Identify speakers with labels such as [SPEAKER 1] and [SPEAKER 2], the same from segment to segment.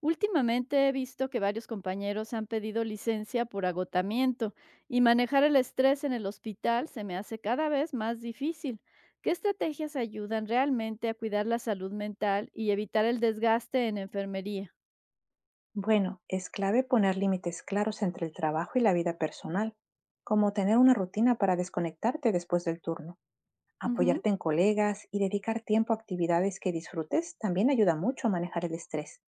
[SPEAKER 1] Últimamente he visto que varios compañeros han pedido licencia por agotamiento y manejar el estrés en el hospital se me hace cada vez más difícil. ¿Qué estrategias ayudan realmente a cuidar la salud mental y evitar el desgaste en enfermería?
[SPEAKER 2] Bueno, es clave poner límites claros entre el trabajo y la vida personal, como tener una rutina para desconectarte después del turno,
[SPEAKER 1] Ujú,
[SPEAKER 2] apoyarte en colegas y dedicar tiempo a actividades que disfrutes también ayuda mucho a manejar el estrés,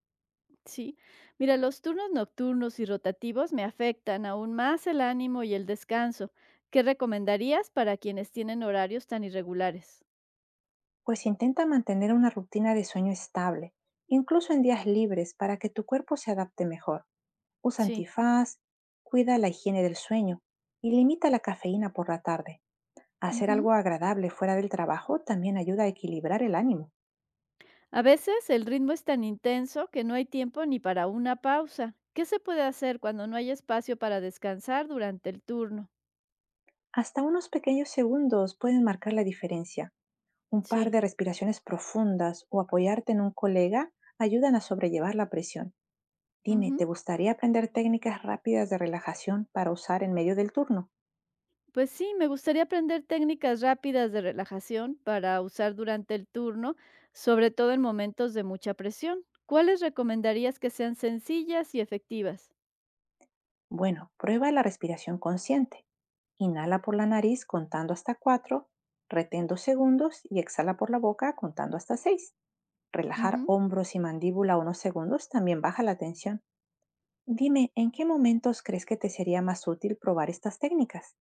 [SPEAKER 1] sí, mira, los turnos nocturnos y rotativos me afectan aún más el ánimo y el descanso. ¿Qué recomendarías para quienes tienen horarios tan irregulares?
[SPEAKER 2] pues intenta mantener una rutina de sueño estable, incluso en días libres, para que tu cuerpo se adapte mejor. Usa
[SPEAKER 1] Sí.
[SPEAKER 2] antifaz, cuida la higiene del sueño y limita la cafeína por la tarde. Hacer algo
[SPEAKER 1] Ujú.
[SPEAKER 2] agradable fuera del trabajo también ayuda a equilibrar el ánimo.
[SPEAKER 1] A veces el ritmo es tan intenso que no hay tiempo ni para una pausa. ¿Qué se puede hacer cuando no hay espacio para descansar durante el turno?
[SPEAKER 2] Hasta unos pequeños segundos pueden marcar la diferencia. Un par
[SPEAKER 1] Sí.
[SPEAKER 2] de respiraciones profundas o apoyarte en un colega ayudan a sobrellevar la presión. Dime, ¿te
[SPEAKER 1] Ujú.
[SPEAKER 2] gustaría aprender técnicas rápidas de relajación para usar en medio del turno?
[SPEAKER 1] Pues sí, me gustaría aprender técnicas rápidas de relajación para usar durante el turno, sobre todo en momentos de mucha presión. ¿Cuáles recomendarías que sean sencillas y efectivas?
[SPEAKER 2] Bueno, prueba la respiración consciente. Inhala por la nariz contando hasta 4, retén 2 segundos y exhala por la boca contando hasta 6. Relajar
[SPEAKER 1] Ujú.
[SPEAKER 2] hombros y mandíbula unos segundos también baja la tensión. Dime, ¿en qué momentos crees que te sería más útil probar estas técnicas?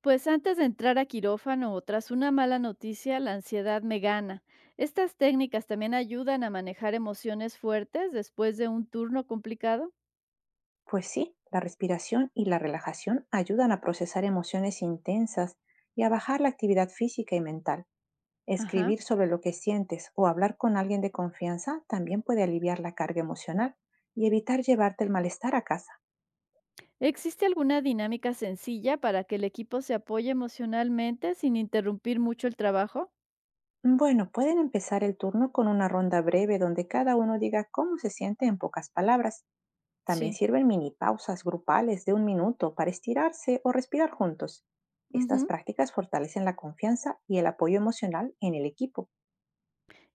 [SPEAKER 1] Pues antes de entrar a quirófano o tras una mala noticia, la ansiedad me gana. ¿Estas técnicas también ayudan a manejar emociones fuertes después de un turno complicado?
[SPEAKER 2] Pues sí, la respiración y la relajación ayudan a procesar emociones intensas y a bajar la actividad física y mental.
[SPEAKER 1] Ajá.
[SPEAKER 2] Escribir sobre lo que sientes o hablar con alguien de confianza también puede aliviar la carga emocional y evitar llevarte el malestar a casa.
[SPEAKER 1] ¿Existe alguna dinámica sencilla para que el equipo se apoye emocionalmente sin interrumpir mucho el trabajo?
[SPEAKER 2] Bueno, pueden empezar el turno con una ronda breve donde cada uno diga cómo se siente en pocas palabras. También
[SPEAKER 1] Sí.
[SPEAKER 2] sirven mini pausas grupales de un minuto para estirarse o respirar juntos. Estas
[SPEAKER 1] Ujú.
[SPEAKER 2] prácticas fortalecen la confianza y el apoyo emocional en el equipo.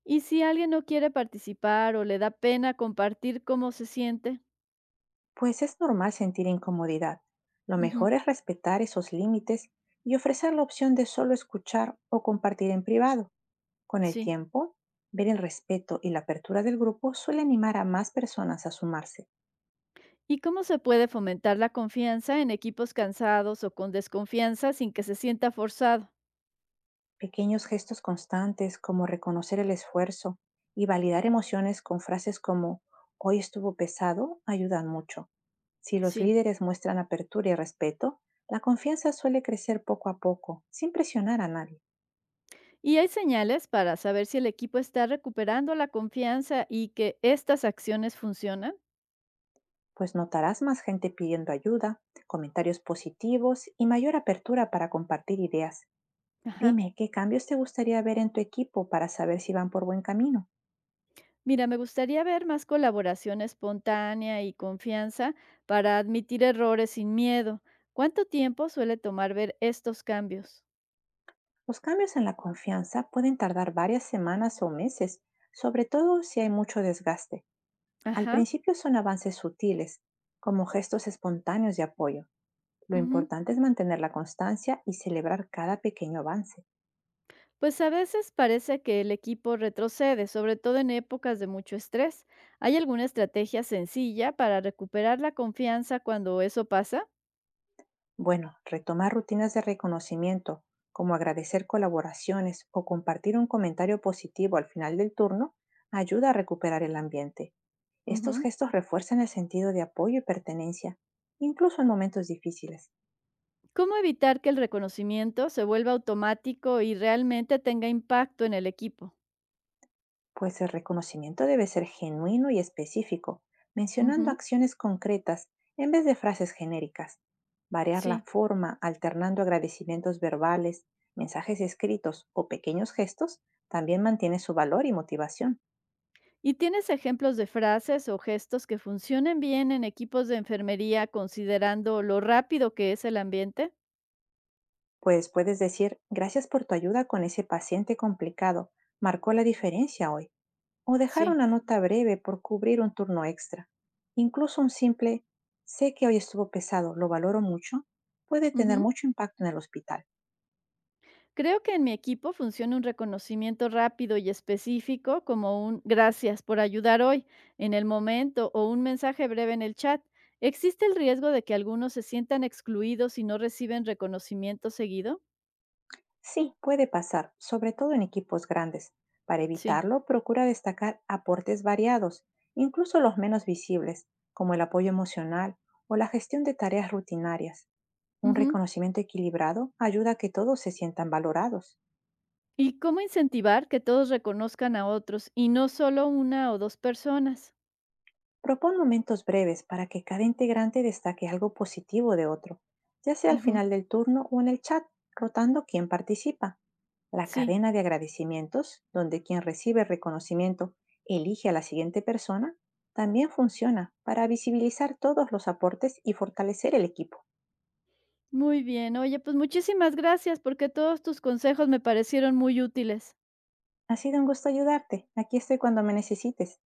[SPEAKER 1] ¿Y si alguien no quiere participar o le da pena compartir cómo se siente?
[SPEAKER 2] Pues es normal sentir incomodidad. Lo
[SPEAKER 1] Ujú.
[SPEAKER 2] mejor es respetar esos límites y ofrecer la opción de solo escuchar o compartir en privado. Con el
[SPEAKER 1] Sí.
[SPEAKER 2] tiempo, ver el respeto y la apertura del grupo suele animar a más personas a sumarse.
[SPEAKER 1] ¿Y cómo se puede fomentar la confianza en equipos cansados o con desconfianza sin que se sienta forzado?
[SPEAKER 2] Pequeños gestos constantes como reconocer el esfuerzo y validar emociones con frases como hoy estuvo pesado ayudan mucho. Si los
[SPEAKER 1] Sí.
[SPEAKER 2] líderes muestran apertura y respeto, la confianza suele crecer poco a poco, sin presionar a nadie.
[SPEAKER 1] Y hay señales para saber si el equipo está recuperando la confianza y que estas acciones funcionan.
[SPEAKER 2] Pues notarás más gente pidiendo ayuda, comentarios positivos y mayor apertura para compartir ideas.
[SPEAKER 1] Ajá.
[SPEAKER 2] Dime, ¿qué cambios te gustaría ver en tu equipo para saber si van por buen camino?
[SPEAKER 1] Mira, me gustaría ver más colaboración espontánea y confianza para admitir errores sin miedo. ¿Cuánto tiempo suele tomar ver estos cambios?
[SPEAKER 2] Los cambios en la confianza pueden tardar varias semanas o meses, sobre todo si hay mucho desgaste. Al
[SPEAKER 1] Ajá.
[SPEAKER 2] principio son avances sutiles, como gestos espontáneos de apoyo. Lo
[SPEAKER 1] Ujú.
[SPEAKER 2] importante es mantener la constancia y celebrar cada pequeño avance.
[SPEAKER 1] Pues a veces parece que el equipo retrocede, sobre todo en épocas de mucho estrés. ¿Hay alguna estrategia sencilla para recuperar la confianza cuando eso pasa?
[SPEAKER 2] Bueno, retomar rutinas de reconocimiento, como agradecer colaboraciones o compartir un comentario positivo al final del turno, ayuda a recuperar el ambiente. Estos
[SPEAKER 1] Ujú.
[SPEAKER 2] gestos refuerzan el sentido de apoyo y pertenencia, incluso en momentos difíciles.
[SPEAKER 1] ¿Cómo evitar que el reconocimiento se vuelva automático y realmente tenga impacto en el equipo?
[SPEAKER 2] Pues el reconocimiento debe ser genuino y específico, mencionando
[SPEAKER 1] Ujú,
[SPEAKER 2] acciones concretas en vez de frases genéricas. Variar la
[SPEAKER 1] sí.
[SPEAKER 2] forma alternando agradecimientos verbales, mensajes escritos o pequeños gestos también mantiene su valor y motivación.
[SPEAKER 1] ¿Y tienes ejemplos de frases o gestos que funcionen bien en equipos de enfermería considerando lo rápido que es el ambiente?
[SPEAKER 2] Pues puedes decir, gracias por tu ayuda con ese paciente complicado, marcó la diferencia hoy. O dejar
[SPEAKER 1] Sí.
[SPEAKER 2] una nota breve por cubrir un turno extra. Incluso un simple, sé que hoy estuvo pesado, lo valoro mucho, puede tener
[SPEAKER 1] Ujú.
[SPEAKER 2] mucho impacto en el hospital.
[SPEAKER 1] Creo que en mi equipo funciona un reconocimiento rápido y específico como un gracias por ayudar hoy en el momento o un mensaje breve en el chat. ¿Existe el riesgo de que algunos se sientan excluidos y no reciben reconocimiento seguido?
[SPEAKER 2] Sí, puede pasar, sobre todo en equipos grandes. Para
[SPEAKER 1] Sí.
[SPEAKER 2] evitarlo, procura destacar aportes variados, incluso los menos visibles, como el apoyo emocional o la gestión de tareas rutinarias. Un
[SPEAKER 1] Ujú.
[SPEAKER 2] reconocimiento equilibrado ayuda a que todos se sientan valorados.
[SPEAKER 1] ¿Y cómo incentivar que todos reconozcan a otros y no solo una o dos personas?
[SPEAKER 2] Propon momentos breves para que cada integrante destaque algo positivo de otro, ya sea al
[SPEAKER 1] Ujú.
[SPEAKER 2] final del turno o en el chat, rotando quién participa. La
[SPEAKER 1] Sí.
[SPEAKER 2] cadena de agradecimientos, donde quien recibe reconocimiento elige a la siguiente persona, también funciona para visibilizar todos los aportes y fortalecer el equipo.
[SPEAKER 1] Muy bien. Oye, pues muchísimas gracias porque todos tus consejos me parecieron muy útiles.
[SPEAKER 2] Ha sido un gusto ayudarte. Aquí estoy cuando me necesites.